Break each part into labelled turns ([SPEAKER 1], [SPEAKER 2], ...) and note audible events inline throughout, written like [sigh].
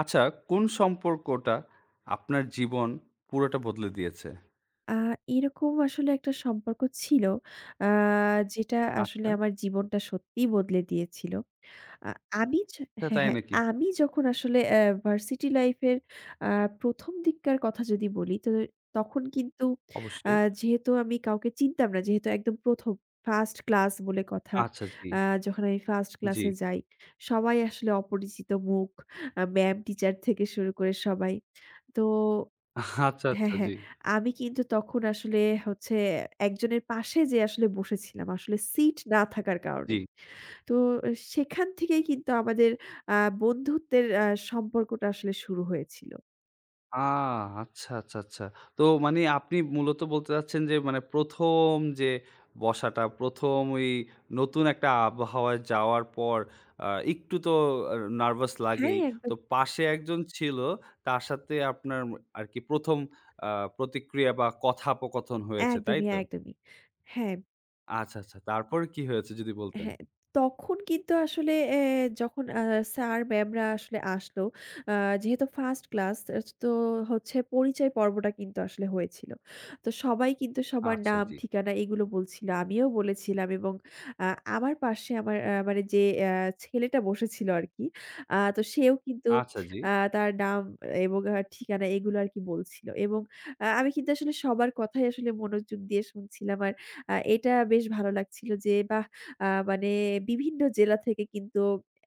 [SPEAKER 1] আচ্ছা, কোন সম্পর্কটা আপনার জীবন পুরোটা বদলে দিয়েছে?
[SPEAKER 2] আ এরকম আসলে একটা সম্পর্ক ছিল। আ যেটা আসলে
[SPEAKER 1] আচ্ছা,
[SPEAKER 2] আমার জীবনটা সত্যিই বদলে দিয়েছিল। আ আমি য
[SPEAKER 1] তা
[SPEAKER 2] হ্যাঁ,
[SPEAKER 1] তাই
[SPEAKER 2] হ্যাঁ।
[SPEAKER 1] নাকি?
[SPEAKER 2] আমি যখন আসলে ভার্সিটি লাইফের আ ১ম দিককার কথা যদি বলি, তো তখন কিন্তু আ
[SPEAKER 1] অবশ্যই।
[SPEAKER 2] যেহেতু আমি কাউকে চিনতাম না, যেহেতু একদম ১ম ফার্স্ট ক্লাস বলে কথা।
[SPEAKER 1] আচ্ছা, জি,
[SPEAKER 2] আ যখন আমি ফার্স্ট
[SPEAKER 1] জি।
[SPEAKER 2] ক্লাসে যাই, সবাই আসলে অপরিচিত মুখ। ম্যাম, টিচার থেকে শুরু করে সবাই। তো
[SPEAKER 1] আচ্ছা,
[SPEAKER 2] হ্যাঁ,
[SPEAKER 1] আচ্ছা, জি,
[SPEAKER 2] হ্যাঁ। আমি কিন্তু তখন আসলে হচ্ছে একজনের পাশে যেয়ে আসলে বসেছিলাম। আসলে সিট না থাকার
[SPEAKER 1] জি।
[SPEAKER 2] কারণে। তো সেখান থেকেই কিন্তু আমাদের আ বন্ধুত্বের সম্পর্কটা আসলে শুরু হয়েছিল।
[SPEAKER 1] আ আচ্ছা, আচ্ছা, আচ্ছা। তো মানে আপনি মূলত বলতে চাচ্ছেন যে মানে প্রথম যে বসাটা, প্রথম ওই নতুন একটা আবহাওয়ায় যাওয়ার পর আ একটু তো আ নার্ভাস
[SPEAKER 2] হ্যাঁ,
[SPEAKER 1] লাগেই। তো
[SPEAKER 2] একদম।
[SPEAKER 1] পাশে একজন ছিল, তার সাথে আপনার আরকি প্রথম আ প্রতিক্রিয়া বা কথোপকথন হয়েছে, তাই
[SPEAKER 2] একদমই,
[SPEAKER 1] তো?
[SPEAKER 2] একদমই। হ্যাঁ।
[SPEAKER 1] আচ্ছা, আচ্ছা। তারপরে কি হয়েছে যদি বলতেন?
[SPEAKER 2] হ্যাঁ, তখন কিন্তু আসলে অ্যা যখন আ স্যার ম্যামরা আসলে আসলো, আ যেহেতু ফার্স্ট ক্লাস তো হচ্ছে পরিচয় পর্বটা কিন্তু আসলে হয়েছিল। তো সবাই কিন্তু সবার
[SPEAKER 1] আচ্ছা
[SPEAKER 2] নাম,
[SPEAKER 1] জি,
[SPEAKER 2] ঠিকানা এগুলো বলছিল। আমিও বলেছিলাম এবং আ আমার পাশে আমার মানে যে ছেলেটা বসেছিল আরকি, তো সেও কিন্তু
[SPEAKER 1] আচ্ছা জি।
[SPEAKER 2] তার নাম এবং ঠিকানা এগুলো আরকি বলছিল এবং আমি কিন্তু আসলে সবার কথাই আসলে মনোযোগ দিয়ে শুনছিলাম। আর এটা বেশ ভালো লাগছিল যে বাহ! মানে বিভিন্ন জেলা থেকে কিন্তু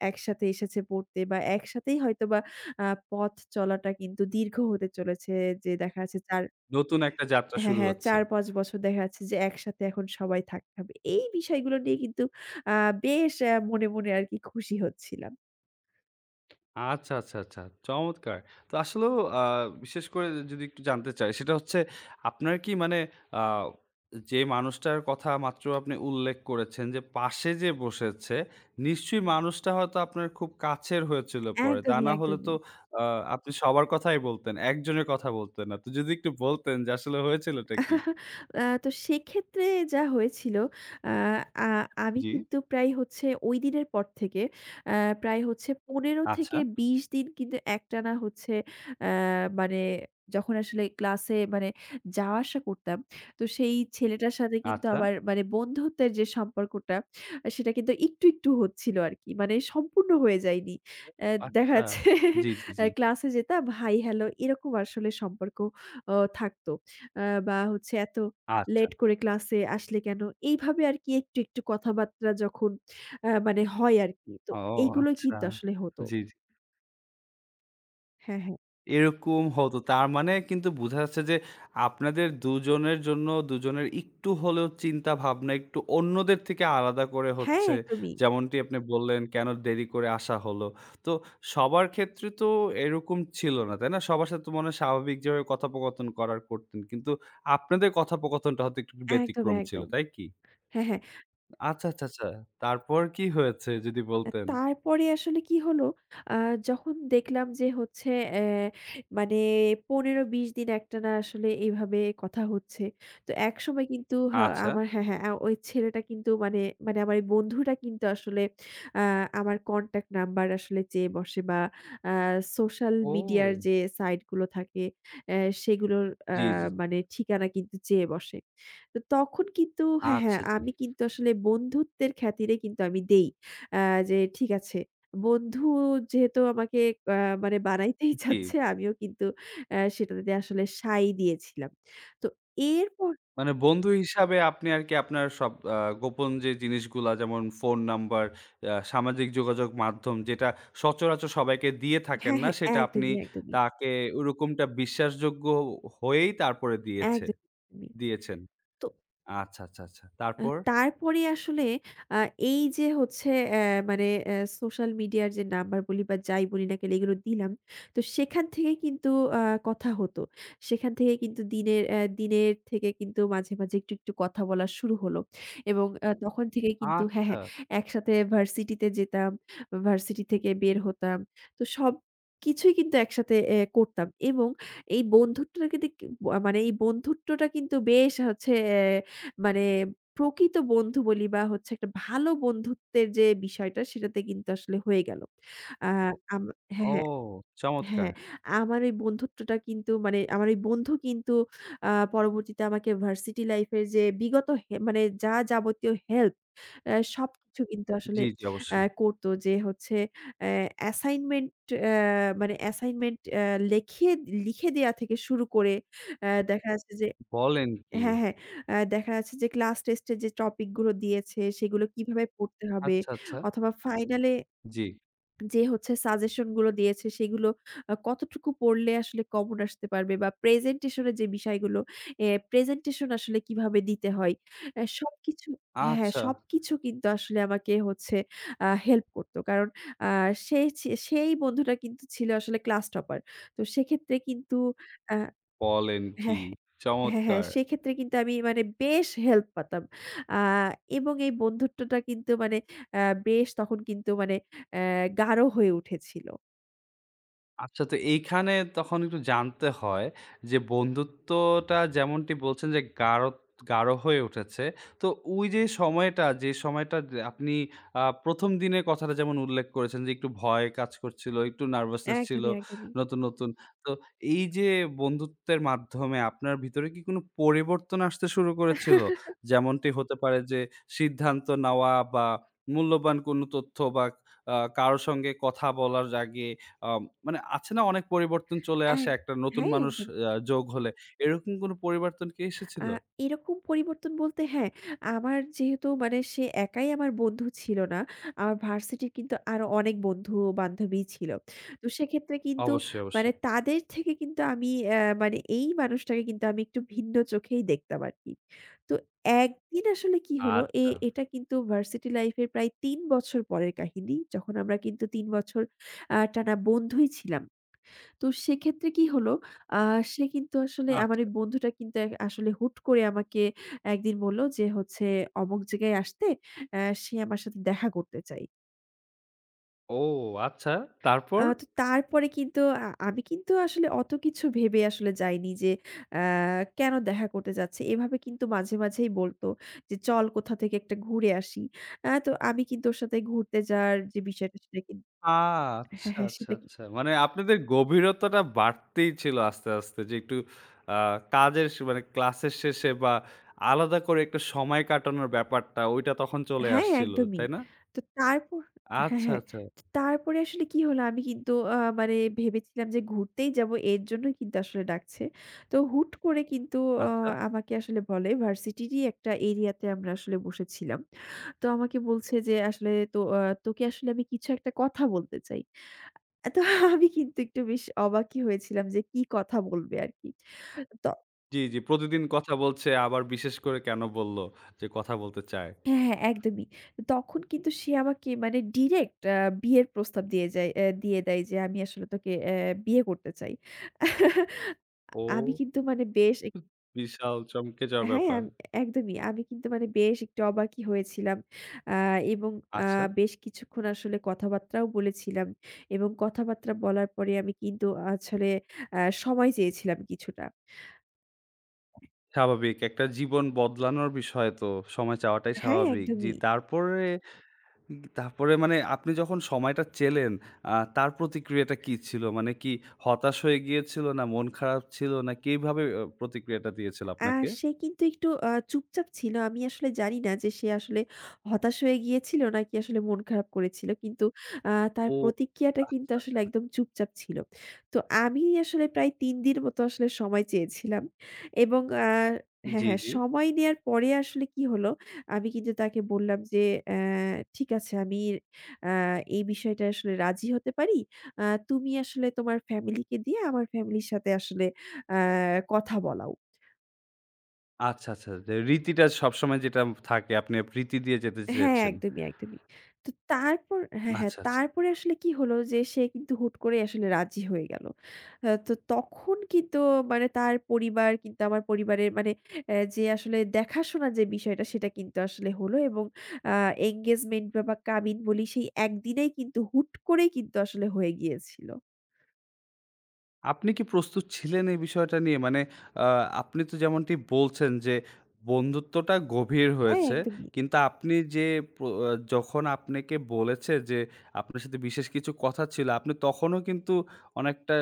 [SPEAKER 2] একসাথে এসেছে পড়তে বা একসাথেই হয়তোবা আ পথ চলাটা কিন্তু দীর্ঘ হতে চলেছে, যে দেখা যাচ্ছে ৪
[SPEAKER 1] নতুন একটা যাত্রা
[SPEAKER 2] হ্যাঁ,
[SPEAKER 1] শুরু
[SPEAKER 2] হ্যাঁ,
[SPEAKER 1] হচ্ছে।
[SPEAKER 2] ৪-৫ বছর দেখা যাচ্ছে যে একসাথে এখন সবাই থাকতে হবে। এই বিষয়গুলো নিয়ে কিন্তু আ বেশ মনে, মনে আরকি খুশি হচ্ছিলাম।
[SPEAKER 1] আচ্ছা, আচ্ছা, আচ্ছা। চমৎকার! তো আসলেও বিশেষ করে যদি একটু জানতে চাই সেটা হচ্ছে আপনার কি মানে আ যে মানুষটার কথা মাত্র আপনি উল্লেখ করেছেন যে পাশে যে বসেছে, নিশ্চয়ই মানুষটা হয়তো আপনার খুব কাছের হয়েছিল পরে। তা
[SPEAKER 2] একদমই,
[SPEAKER 1] না হলে তো
[SPEAKER 2] একদমই।
[SPEAKER 1] আ আপনি সবার কথাই বলতেন। একজনের কথা বলতেন না। তো যদি একটু বলতেন যে আসলে হয়েছিলটা কি?
[SPEAKER 2] তো সেক্ষেত্রে যা হয়েছিল, আ আ আমি
[SPEAKER 1] জি।
[SPEAKER 2] কিন্তু প্রায় হচ্ছে ঐদিনের পর থেকে আ প্রায় হচ্ছে ১৫
[SPEAKER 1] আচ্ছা,
[SPEAKER 2] থেকে ২০ দিন কিন্তু একটানা হচ্ছে আ মানে যখন আসলে ক্লাসে মানে যাওয়া আসা করতাম, তো সেই ছেলেটার সাথে কিন্তু
[SPEAKER 1] আচ্ছা।
[SPEAKER 2] আমার মানে বন্ধুত্বের যে সম্পর্কটা সেটা কিন্তু একটু, একটু হচ্ছিল আরকি। মানে সম্পূর্ণ হয়ে যায়নি।
[SPEAKER 1] ও
[SPEAKER 2] অ্যা দেখা
[SPEAKER 1] আচ্ছা।
[SPEAKER 2] যাচ্ছে [laughs]
[SPEAKER 1] জি, জি, জি।
[SPEAKER 2] ক্লাসে যেতাম হাই হ্যালো এরকম আসলে সম্পর্ক থাকতো। আ বা হচ্ছে এত
[SPEAKER 1] আচ্ছা।
[SPEAKER 2] লেট করে ক্লাসে আসলে কেন? এইভাবে আরকি একটু, একটু কথাবার্তা যখন মানে হয় আরকি। তো
[SPEAKER 1] ও
[SPEAKER 2] এইগুলো
[SPEAKER 1] আচ্ছা।
[SPEAKER 2] কিন্তু আসলে হতো।
[SPEAKER 1] জি, জি।
[SPEAKER 2] হ্যাঁ, হ্যাঁ।
[SPEAKER 1] এরকম হতো। তার মানে কিন্তু বোঝা যাচ্ছে যে আপনাদের ২ জনের জন্য ২ জনের একটু হলেও চিন্তা ভাবনা একটু অন্যদের থেকে আলাদা করে
[SPEAKER 2] হ্যাঁ,
[SPEAKER 1] হচ্ছে।
[SPEAKER 2] একদমই।
[SPEAKER 1] যেমনটি আপনি বললেন, কেন দেরি করে আসা হলো। তো সবার ক্ষেত্রে তো এরকম ছিল না, তাই না? সবার সাথে তো মনে হয় স্বাভাবিক যেভাবে কথোপকথন করতেন। কিন্তু আপনাদের কথোপকথনটা হয়তো একটু
[SPEAKER 2] একদম,
[SPEAKER 1] ব্যতিক্রম ছিল,
[SPEAKER 2] একদম।
[SPEAKER 1] তাই কি?
[SPEAKER 2] হ্যাঁ, হ্যাঁ।
[SPEAKER 1] আচ্ছা, আচ্ছা, আচ্ছা। তারপর কি হয়েছে যদি বলতেন?
[SPEAKER 2] তারপরে আসলে কি হলো, আ যখন দেখলাম যে হচ্ছে মানে ১৫-২০ দিন একটানা আসলে এভাবে কথা হচ্ছে। তো একসময় কিন্তু হা
[SPEAKER 1] আচ্ছা।
[SPEAKER 2] আমার হ্যাঁ, হ্যাঁ, ওই ছেলেটা কিন্তু মানে মানে আমার এই বন্ধুটা কিন্তু আসলে আ আমার কনট্যাক্ট নাম্বার আসলে চেয়ে বসে বা আ সোশ্যাল মিডিয়ার
[SPEAKER 1] ও!
[SPEAKER 2] যে সাইট গুলো থাকে অ্যা সেগুলোর আ
[SPEAKER 1] জি, জি। জি।
[SPEAKER 2] মানে ঠিকানা কিন্তু চেয়ে বসে। তো তখন কিন্তু হ্যাঁ, হ্যাঁ,
[SPEAKER 1] আচ্ছা জি।
[SPEAKER 2] আমি কিন্তু আসলে বন্ধুত্বের খাতিরে কিন্তু আমি দেই। আ যে ঠিক আছে। বন্ধু যেহেতু আমাকে আ মানে বানাইতেই
[SPEAKER 1] জি।
[SPEAKER 2] চাচ্ছে আমিও কিন্তু সেটাতে আসলে সাই দিয়েছিলাম। তো এরপর
[SPEAKER 1] মানে বন্ধু হিসাবে আপনি আরকি আপনার সব গোপন যে জিনিসগুলা যেমন ফোন নাম্বার, সামাজিক যোগাযোগ মাধ্যম যেটা সচরাচর সবাইকে দিয়ে থাকেন
[SPEAKER 2] হ্যাঁ,
[SPEAKER 1] না
[SPEAKER 2] হ্যাঁ,
[SPEAKER 1] সেটা আপনি
[SPEAKER 2] একদমই, একদমই,
[SPEAKER 1] তাকে ওরকমটা বিশ্বাসযোগ্য হয়েই তারপরে দিয়েছে
[SPEAKER 2] একদমই।
[SPEAKER 1] দিয়েছেন।
[SPEAKER 2] তো
[SPEAKER 1] আচ্ছা, আচ্ছা, আচ্ছা। তারপর?
[SPEAKER 2] তারপরে আসলে আ এই যে হচ্ছে অ্যা মানে অ্যা সোশ্যাল মিডিয়ার যে নাম্বার বলি বা যাই বলি না কেন এগুলো দিলাম। তো সেখান থেকে কিন্তু আ কথা হতো। সেখান থেকে কিন্তু দিনের থেকে কিন্তু মাঝে, মাঝে একটু, একটু কথা বলা শুরু হলো এবং তখন থেকে কিন্তু হ্যাঁ,
[SPEAKER 1] আচ্ছা।
[SPEAKER 2] হ্যাঁ, একসাথে ভার্সিটিতে যেতাম, ভার্সিটি থেকে বের হতাম। তো সবকিছুই কিন্তু একসাথে করতাম এবং এই বন্ধুত্বটা কিন্তু এই বন্ধুত্বটা কিন্তু বেশ হচ্ছে মানে প্রকৃত বন্ধু বলি বা হচ্ছে একটা ভালো বন্ধুত্বের যে বিষয়টা সেটাতে কিন্তু আসলে হয়ে গেল। আ আম হ্যাঁ,
[SPEAKER 1] ও!
[SPEAKER 2] হ্যাঁ,
[SPEAKER 1] চমৎকার।
[SPEAKER 2] হ্যাঁ, আমার ওই বন্ধু কিন্তু আ পরবর্তীতে আমাকে ভার্সিটি লাইফ এর যে বিগত মানে যা যাবতীয় হেল্প সবকিছু কিন্তু আসলে
[SPEAKER 1] জি, জি অবশ্যই।
[SPEAKER 2] করত। যে হচ্ছে অ্যা অ্যাসাইনমেন্ট আ অ্যাসাইনমেন্ট আ লেখিয়ে লিখে দেয়া থেকে শুরু করে দেখা যাচ্ছে যে
[SPEAKER 1] বলেন কি?
[SPEAKER 2] হ্যাঁ, হ্যাঁ। দেখা যাচ্ছে যে ক্লাস টেস্টে যে টপিক গুলো দিয়েছে সেগুলো কিভাবে পড়তে হবে
[SPEAKER 1] আচ্ছা, আচ্ছা।
[SPEAKER 2] অথবা ফাইনালে
[SPEAKER 1] জি।
[SPEAKER 2] যে হচ্ছে সাজেশন গুলো দিয়েছে সেগুলো কতটুকু পড়লে আসলে কমন আসতে পারবে বা প্রেজেন্টেশন এর যে বিষয়গুলো, এ প্রেজেন্টেশন আসলে কিভাবে দিতে হয়। অ্যা সবকিছু হ্যাঁ, হ্যাঁ,
[SPEAKER 1] আচ্ছা।
[SPEAKER 2] সবকিছু কিন্তু আসলে আমাকে হচ্ছে হেল্প করত। কারণ আ সে ছি সেই বন্ধুটা কিন্তু ছিল আসলে ক্লাস টপার। তো সেক্ষেত্রে কিন্তু আ
[SPEAKER 1] বলেন
[SPEAKER 2] হ্যাঁ,
[SPEAKER 1] কি?
[SPEAKER 2] হ্যাঁ। হ্যাঁ, হ্যাঁ।
[SPEAKER 1] চমৎকার।
[SPEAKER 2] সেক্ষেত্রে কিন্তু আমি মানে বেশ হেল্প পাতাম। আ এবং এই বন্ধুত্বটা কিন্তু মানে আ বেশ তখন কিন্তু মানে অ্যা গাঢ় হয়ে উঠেছিল।
[SPEAKER 1] আচ্ছা তো এইখানে তখন একটু জানতে হয় যে বন্ধুত্বটা যেমনটি বলছেন যে গাঢ় গাঢ় হয়ে উঠেছে। তো ওই যে সময়টা যে আপনি প্রথম দিনের কথাটা যেমন উল্লেখ করেছেন যে একটু ভয় কাজ করছিল, একটু নার্ভাসনেস ছিল
[SPEAKER 2] একদমই, একদমই।
[SPEAKER 1] নতুন, নতুন। তো এই যে বন্ধুত্বের মাধ্যমে আপনার ভিতরে কি কোনো পরিবর্তন আসতে শুরু করেছিল?
[SPEAKER 2] [laughs]
[SPEAKER 1] যেমনটি হতে পারে যে সিদ্ধান্ত নেওয়া বা মূল্যবান কোনো তথ্য বা কারো সঙ্গে কথা বলার আগে মানে আছে না অনেক পরিবর্তন চলে আসে
[SPEAKER 2] এক
[SPEAKER 1] একটা নতুন
[SPEAKER 2] হ্যাঁ,
[SPEAKER 1] মানুষ
[SPEAKER 2] একদম।
[SPEAKER 1] যোগ হলে। এরকম কোনো পরিবর্তন কি
[SPEAKER 2] আ
[SPEAKER 1] এসেছিল?
[SPEAKER 2] এরকম পরিবর্তন বলতে হ্যাঁ, আমার যেহেতু মানে সে একাই আমার বন্ধু ছিল না। আমার ভার্সিটির কিন্তু আরো অনেক বন্ধু-বান্ধবী ছিল। তো সেক্ষেত্রে কিন্তু
[SPEAKER 1] অবশ্যই,
[SPEAKER 2] মানে
[SPEAKER 1] অবশ্যই।
[SPEAKER 2] তাদের থেকে কিন্তু আমি মানে এই মানুষটাকে কিন্তু আমি একটু ভিন্ন চোখেই দেখতাম আরকি। তো একদিন আসলে কি হলো,
[SPEAKER 1] আচ্ছা,
[SPEAKER 2] এটা কিন্তু ভার্সিটি লাইফ এর প্রায় ৩ বছর পরের কাহিনী। যখন আমরা কিন্তু ৩ বছর টানা বন্ধুই ছিলাম। তো সেক্ষেত্রে কি হলো, আ সে কিন্তু আসলে আমার
[SPEAKER 1] আচ্ছা।
[SPEAKER 2] এই বন্ধুটা কিন্তু আসলে হুট করে আমাকে একদিন বলল যে হচ্ছে অমুক জায়গায় আসতে সে আমার সাথে দেখা করতে চায়।
[SPEAKER 1] ও আচ্ছা, তারপর?
[SPEAKER 2] তো তারপরে কিন্তু আমি কিন্তু আসলে অত কিছু ভেবে আসলে যাইনি যে অ্যা কেন দেখা করতে যাচ্ছে। এভাবে কিন্তু মাঝে, মাঝেই বলতো যে, "চল কোথা থেকে একটা ঘুরে আসি।" তো আমি কিন্তু ওর সাথে ঘুরতে যাওয়ার যে বিষয়টা সেটা কিন
[SPEAKER 1] আ আচ্ছা,
[SPEAKER 2] হ্যাঁ, হ্যাঁ
[SPEAKER 1] আচ্ছা,
[SPEAKER 2] সেটা
[SPEAKER 1] আচ্ছা। মানে আপনাদের গভীরতাটা বাড়তেই ছিল আস্তে, আস্তে যে একটু আ কাজের সে মানে ক্লাসের শেষে বা আলাদা করে একটা সময় কাটানোর ব্যাপারটা ওইটা তখন চলে
[SPEAKER 2] হ্যাঁ, হ্যাঁ,
[SPEAKER 1] আসছিল,
[SPEAKER 2] একদমই।
[SPEAKER 1] তাই না?
[SPEAKER 2] তো তারপর হ্যাঁ,
[SPEAKER 1] আচ্ছা,
[SPEAKER 2] হ্যাঁ।
[SPEAKER 1] আচ্ছা,
[SPEAKER 2] তো তারপরে আসলে কি হলো, আমি কিন্তু মানে ভেবেছিলাম যে ঘুরতেই যাবো এর জন্যই কিন্তু আসলে ডাকছে। তো হুট করে কিন্তু আ
[SPEAKER 1] আচ্ছা।
[SPEAKER 2] আমাকে আসলে বলে ভার্সিটিরই একটা এরিয়াতে আমরা আসলে বসেছিলাম। তো আমাকে বলছে যে আসলে তো তোকে আসলে আমি কিছু একটা কথা বলতে চাই। তো আমি কিন্তু একটু বেশ অবাকই হয়েছিলাম যে কি কথা বলবে আরকি।
[SPEAKER 1] জি, জি। প্রতিদিন কথা বলছে আবার বিশেষ করে কেন বলল যে কথা বলতে চায়?
[SPEAKER 2] হ্যাঁ, হ্যাঁ, একদমই। তখন কিন্তু সে আমাকে মানে ডিরেক্ট আ বিয়ের প্রস্তাব দিয়ে যায় অ্যা দিয়ে দেয় যে, "আমি আসলে তোকে বিয়ে করতে চাই।" আমি
[SPEAKER 1] ও,
[SPEAKER 2] কিন্তু মানে বেশ এক
[SPEAKER 1] বিশাল চমকে যাওয়ার
[SPEAKER 2] হ্যাঁ,
[SPEAKER 1] ব্যাপার।
[SPEAKER 2] আম একদমই। আমি কিন্তু মানে বেশ একটু অবাকই হয়েছিলাম। আ এবং আ
[SPEAKER 1] আচ্ছা,
[SPEAKER 2] বেশ কিছুক্ষণ আসলে কথাবার্তাও বলেছিলাম এবং কথাবার্তা বলার পরে আমি কিন্তু আসলে আ সময় চেয়েছিলাম কিছুটা।
[SPEAKER 1] স্বাভাবিক। একটা জীবন বদলানোর বিষয় তো। সময় চাওয়াটাই
[SPEAKER 2] হ্যাঁ,
[SPEAKER 1] স্বাভাবিক। জি,
[SPEAKER 2] একদমই।
[SPEAKER 1] তারপরে মানে আপনি যখন সময়টা চেলেন, তার প্রতিক্রিয়াটা কি ছিল? মানে কি হতাশ হয়ে গিয়েছিল না মন খারাপ ছিল না কিভাবে প্রতিক্রিয়াটা দিয়েছিল
[SPEAKER 2] আ
[SPEAKER 1] আপনাকে?
[SPEAKER 2] সে কিন্তু একটু চুপচাপ ছিল। আমি আসলে জানি না যে সে আসলে হতাশ হয়ে গিয়েছিল নাকি আসলে মন খারাপ করেছিল। কিন্তু তার
[SPEAKER 1] ও
[SPEAKER 2] প্রতিক্রিয়াটা কিন্তু
[SPEAKER 1] আচ্ছা,
[SPEAKER 2] আসলে
[SPEAKER 1] আচ্ছা।
[SPEAKER 2] একদম চুপচাপ ছিল। তো আমি আসলে প্রায় ৩ দিন মতো আসলে সময় চেয়েছিলাম এবং হ্যাঁ,
[SPEAKER 1] জি,
[SPEAKER 2] হ্যাঁ,
[SPEAKER 1] জি।
[SPEAKER 2] সময় নেয়ার পরে আসলে কি হলো, আমি কিন্তু তাকে বললাম যে, "অ্যা ঠিক আছে আমি আ এই বিষয়টায় আসলে রাজি হতে পারি। আ তুমি আসলে তোমার ফ্যামিলিকে দিয়ে আমার ফ্যামিলির সাথে আসলে আ কথা বলাও।"
[SPEAKER 1] আচ্ছা, আচ্ছা। যে রীতিটা সবসময় যেটা থাকে আপনি রীতি দিয়ে যেতে
[SPEAKER 2] হ্যাঁ,
[SPEAKER 1] চেয়েছেন।
[SPEAKER 2] একদমই, একদমই। তো তারপর হ্যাঁ, হ্যাঁ,
[SPEAKER 1] আচ্ছা, আচ্ছা।
[SPEAKER 2] তারপরে আসলে কি হলো যে সে কিন্তু হুট করে আসলে রাজি হয়ে গেল। তো তখন কিন্তু মানে তার পরিবার কিন্তু আমার পরিবারের মানে যে আসলে দেখাশোনার যে বিষয়টা সেটা কিন্তু আসলে হলো এবং আ engagement বা কাবিন বলি সেই একদিনেই কিন্তু হুট করেই কিন্তু আসলে হয়ে গিয়েছিল।
[SPEAKER 1] আপনি কি প্রস্তুত ছিলেন এই বিষয়টা নিয়ে? মানে আ আপনি তো যেমনটি বলছেন যে, বন্ধুত্বটা গভীর
[SPEAKER 2] হ্যাঁ,
[SPEAKER 1] হয়েছে।
[SPEAKER 2] একদমই।
[SPEAKER 1] কিন্তু আপনি যে প্র আ যখন আপনাকে বলেছে যে, আপনার সাথে বিশেষ কিছু কথা ছিল, আপনি তখনও কিন্তু অনেকটা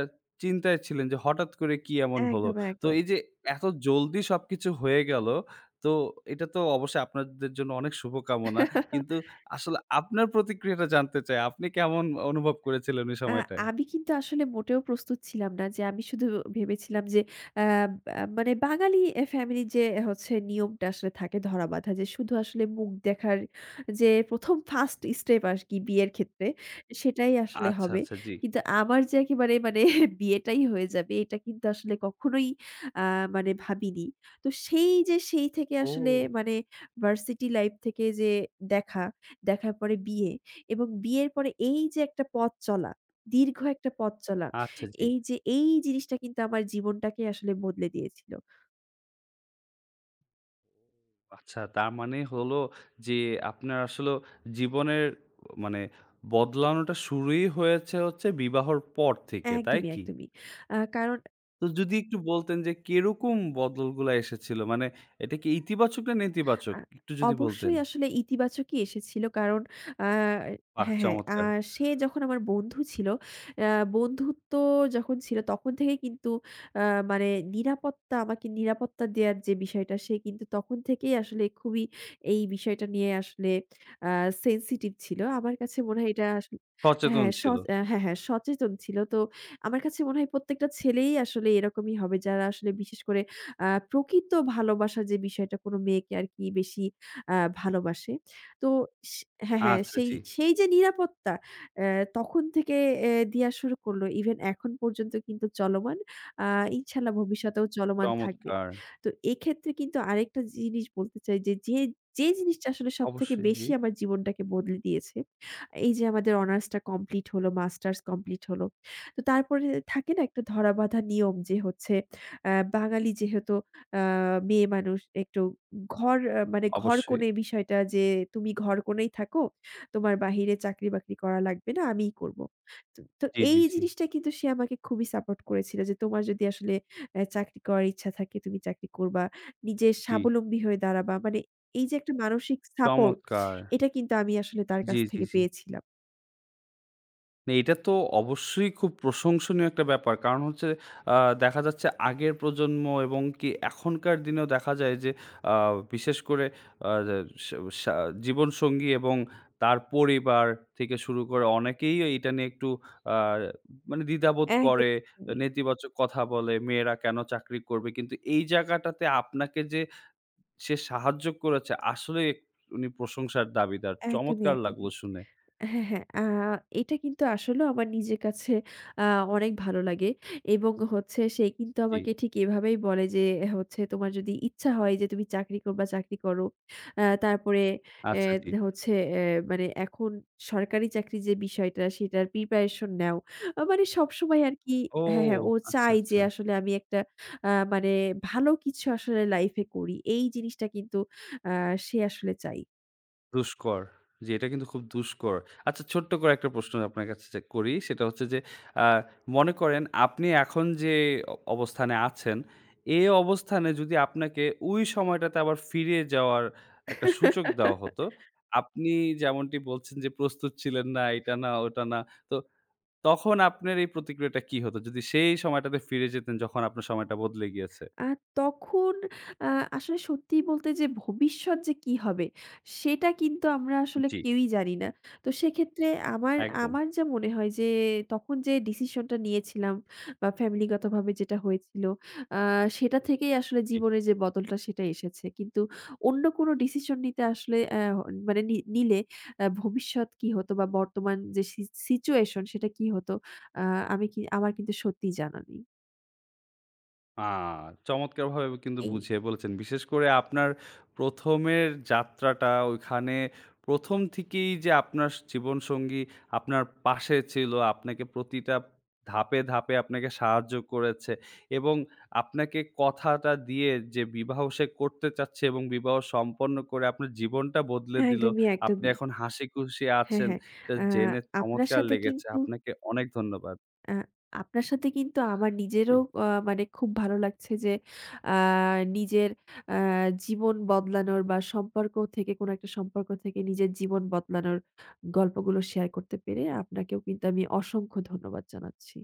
[SPEAKER 1] চিন্তায় ছিলেন যে, হঠাৎ করে কি এমন হলো?
[SPEAKER 2] একদম,
[SPEAKER 1] তো
[SPEAKER 2] একদম।
[SPEAKER 1] এই যে এত জলদি সবকিছু হয়ে গেল, তো এটা তো অবশ্যই আপনাদের জন্য অনেক শুভকামনা। কিন্তু
[SPEAKER 2] [laughs]
[SPEAKER 1] আসলে আপনার প্রতিক্রিয়াটা জানতে চাই। আপনি কেমন অনুভব করেছিলেন ওই
[SPEAKER 2] আ
[SPEAKER 1] সময়টায়?
[SPEAKER 2] আমি কিন্তু আসলে মোটেও প্রস্তুত ছিলাম না, যে আমি শুধু ভেবেছিলাম যে আ আ মানে বাঙালি ফ্যামিলির যে হচ্ছে নিয়মটা আসলে থাকে ধরাবাঁধা, যে শুধু আসলে মুখ দেখার যে ১ম ফার্স্ট স্টেপ আরকি বিয়ের ক্ষেত্রে সেটাই আসলে
[SPEAKER 1] আচ্ছা,
[SPEAKER 2] হবে।
[SPEAKER 1] আচ্ছা। জি।
[SPEAKER 2] কিন্তু আমার যে একেবারে মানে বিয়েটাই হয়ে যাবে, এটা কিন্তু আসলে কখনোই আ মানে ভাবিনি। তো সেই যে সেই থেকে আসলে
[SPEAKER 1] ও!
[SPEAKER 2] মানে ভার্সিটি লাইফ থেকে যে দেখা, দেখার পরে বিয়ে এবং বিয়ের পরে এই যে একটা পথ চলা, দীর্ঘ একটা পথ চলা।
[SPEAKER 1] আচ্ছা জি।
[SPEAKER 2] এই যে এই জিনিসটা কিন্তু আমার জীবনটাকে আসলে বদলে দিয়েছিল।
[SPEAKER 1] আচ্ছা তার মানে হলো যে আপনার আসলে জীবনের মানে বদলানোটা শুরুই হয়েছে হচ্ছে বিবাহর পর থেকে, তাই
[SPEAKER 2] একদমই,
[SPEAKER 1] কি?
[SPEAKER 2] একদমই। আ কারণ
[SPEAKER 1] তো যদি একটু বলতেন যে কিরকম বদলগুলা এসেছিল? মানে এটা কি ইতিবাচক না নেতিবাচক?
[SPEAKER 2] আ
[SPEAKER 1] একটু যদি বলতেন।
[SPEAKER 2] অবশ্যই আসলে ইতিবাচকই এসেছিল। কারণ আ
[SPEAKER 1] বাহ!
[SPEAKER 2] হ্যাঁ, হ্যাঁ।
[SPEAKER 1] চমৎকার।
[SPEAKER 2] সে যখন আমার বন্ধু ছিল, আ বন্ধুত্ব যখন ছিল তখন থেকেই কিন্তু আ মানে নিরাপত্তা আমাকে নিরাপত্তা দেয়ার যে বিষয়টা সে কিন্তু তখন থেকেই আসলে খুবই এই বিষয়টা নিয়ে আসলে আ সেনসিটিভ ছিল। আমার কাছে মনে হয় এটা আসলে
[SPEAKER 1] সচেতন
[SPEAKER 2] হ্যাঁ, স
[SPEAKER 1] ছিল।
[SPEAKER 2] হ্যাঁ, হ্যাঁ, সচেতন ছিল। তো আমার কাছে মনে হয় প্রত্যেকটা ছেলেই আসলে এরকমই হবে, যারা আসলে বিশেষ করে প্রকৃত ভালোবাসার যে বিষয়টা কোনো মেয়েকে আরকি বেশি আ ভালোবাসে। তো সে হ্যাঁ, হ্যাঁ,
[SPEAKER 1] আচ্ছা
[SPEAKER 2] সেই,
[SPEAKER 1] জি।
[SPEAKER 2] সেই যে নিরাপত্তা অ্যা তখন থেকে দেয়া শুরু করলো। ইভেন এখন পর্যন্ত কিন্তু চলমান। আ ইনশাআল্লাহ ভবিষ্যতেও চলমান থাকবে।
[SPEAKER 1] চমৎকার।
[SPEAKER 2] তো এক্ষেত্রে কিন্তু আরেকটা জিনিস বলতে চাই যে, যে জিনিসটা আসলে সবথেকে
[SPEAKER 1] অবশ্যই জি।
[SPEAKER 2] বেশি আমার জীবনটাকে বদলে দিয়েছে, এই যে আমাদের অনার্সটা কমপ্লিট হলো, মাস্টার্স কমপ্লিট হলো। তো তারপরে থাকে না একটা ধরাবাঁধা নিয়ম যে হচ্ছে আ বাঙালি যেহেতু আ মেয়ে মানুষ একটু ঘর আ মানে
[SPEAKER 1] অবশ্যই।
[SPEAKER 2] ঘরকনে বিষয়টা যে, "তুমি ঘরকনেই থাকো। তোমার বাহিরে চাকরি-বাকরি করা লাগবে না, আমিই করব।" তো তো
[SPEAKER 1] জি, জি,
[SPEAKER 2] এই
[SPEAKER 1] জি।
[SPEAKER 2] জিনিসটা কিন্তু সে আমাকে খুবই সাপোর্ট করেছিল যে, "তোমার যদি আসলে চাকরি করার ইচ্ছা থাকে, তুমি চাকরি করবা। নিজে
[SPEAKER 1] জি।
[SPEAKER 2] স্বাবলম্বী হয়ে দাঁড়াবা।" মানে এই যে একটা মানসিক সাপোর্ট,
[SPEAKER 1] চমৎকার।
[SPEAKER 2] এটা কিন্তু আমি আসলে তার
[SPEAKER 1] জি,
[SPEAKER 2] কাছ
[SPEAKER 1] জি,
[SPEAKER 2] থেকে
[SPEAKER 1] জি।
[SPEAKER 2] পেয়েছিলাম।
[SPEAKER 1] না, এটা তো অবশ্যই খুব প্রশংসনীয় একটা ব্যাপার। কারণ হচ্ছে আ দেখা যাচ্ছে আগের প্রজন্ম এবং কি এখনকার দিনেও দেখা যায় যে আ বিশেষ করে যে সা সা জীবনসঙ্গী এবং তার পরিবার থেকে শুরু করে অনেকেই এইটা নিয়ে একটু আ মানে দ্বিধাবোধ
[SPEAKER 2] একদম,
[SPEAKER 1] করে, নেতিবাচক কথা বলে, "মেয়েরা কেন চাকরি করবে?" কিন্তু এই জায়গাটাতে আপনাকে যে সে সাহায্য করেছে আসলেই উনি প্রশংসার দাবিদার।
[SPEAKER 2] একদমই,
[SPEAKER 1] চমৎকার লাগলো
[SPEAKER 2] একদমই।
[SPEAKER 1] শুনে।
[SPEAKER 2] হ্যাঁ, হ্যাঁ। এটা কিন্তু আসলেও আমার নিজের কাছে আ অনেক ভালো লাগে এবং হচ্ছে সে কিন্তু
[SPEAKER 1] জি,
[SPEAKER 2] আমাকে ঠিক এভাবেই বলে যে হচ্ছে, "তোমার যদি ইচ্ছা হয় যে তুমি চাকরি করবা, চাকরি করো। তারপরে
[SPEAKER 1] আচ্ছা জি।
[SPEAKER 2] অ্যা হচ্ছে অ্যা মানে এখন সরকারি চাকরির যে বিষয়টা সেটার প্রিপারেশন নাও।" মানে সবসময় আরকি
[SPEAKER 1] ও!
[SPEAKER 2] হ্যাঁ, হ্যাঁ, ও
[SPEAKER 1] আচ্ছা,
[SPEAKER 2] চায় যে
[SPEAKER 1] আচ্ছা।
[SPEAKER 2] আসলে আমি একটা মানে ভালো কিছু আসলে লাইফে করি। এই জিনিসটা কিন্তু আ সে আসলে চায়।
[SPEAKER 1] দুষ্কর। জি, এটা কিন্তু খুব দুষ্কর। আচ্ছা ছোট্ট করে একটা প্রশ্ন আপনার কাছে যে করি সেটা হচ্ছে যে আ মনে করেন আপনি এখন যে অবস্থানে আছেন, এ অবস্থানে যদি আপনাকে ওই সময়টাতে আবার ফিরে যাওয়ার একটা সুযোগ দেওয়া হতো,
[SPEAKER 2] [laughs]
[SPEAKER 1] আপনি যেমনটি বলছেন যে প্রস্তুত ছিলেন না, এটা না, ওটা না। তো তখন আপনার এই প্রতিক্রিয়াটা কি হতো? যদি সেই সময়টাতে ফিরে যেতেন যখন আপনার সময়টা বদলে গিয়েছে?
[SPEAKER 2] আ তখন আ আসলে সত্যি বলতে যে ভবিষ্যৎ যে কি হবে? সেটা কিন্তু আমরা আসলে
[SPEAKER 1] জি,
[SPEAKER 2] কেউই জানি না। তো সেক্ষেত্রে আমার,
[SPEAKER 1] একদম। জি।
[SPEAKER 2] আমার যা মনে হয় যে তখন যে ডিসিশনটা নিয়েছিলাম বা ফ্যামিলিগতভাবে যেটা হয়েছিল আ সেটা থেকেই আসলে জীবনের যে বদলটা সেটা এসেছে। কিন্তু অন্য কোনো ডিসিশন নিতে আসলে অ্যা মানে নি নিলে ভবিষ্যৎ কি হতো বা বর্তমান যে সিচুয়েশন সেটা কি হতো? আ আমি কি আমার কিন্তু সত্যিই জানা নেই।
[SPEAKER 1] আ চমৎকারভাবে কিন্তু
[SPEAKER 2] এই।
[SPEAKER 1] বুঝিয়ে বলেছেন। বিশেষ করে আপনার প্রথম এর যাত্রাটা ওইখানে প্রথম থেকেই যে আপনার জীবনসঙ্গী আপনার পাশে ছিল, আপনাকে প্রতিটা ধাপে, ধাপে আপনাকে সাহায্য করেছে এবং আপনাকে কথাটা দিয়ে যে বিবাহ সে করতে চাচ্ছে এবং বিবাহ সম্পন্ন করে আপনার জীবনটা বদলে দিল।
[SPEAKER 2] একদমই,
[SPEAKER 1] আপনি
[SPEAKER 2] একদমই।
[SPEAKER 1] এখন হাসিখুশি
[SPEAKER 2] হ্যাঁ,
[SPEAKER 1] আছেন।
[SPEAKER 2] হ্যাঁ।
[SPEAKER 1] এটা
[SPEAKER 2] আ
[SPEAKER 1] জেনে
[SPEAKER 2] আপনার
[SPEAKER 1] চমৎকার
[SPEAKER 2] সাথে
[SPEAKER 1] লেগেছে।
[SPEAKER 2] কিন্তু
[SPEAKER 1] আপনাকে অনেক ধন্যবাদ।
[SPEAKER 2] আ আপনার সাথে কিন্তু আমার
[SPEAKER 1] জি।
[SPEAKER 2] নিজেরও আ মানে খুব ভালো লাগছে যে আ নিজের আ জীবন বদলানোর বা সম্পর্ক থেকে কোনো একটা সম্পর্ক থেকে নিজের জীবন বদলানোর গল্পগুলো শেয়ার করতে পেরে আপনাকেও কিন্তু আমি অসংখ্য ধন্যবাদ জানাচ্ছি।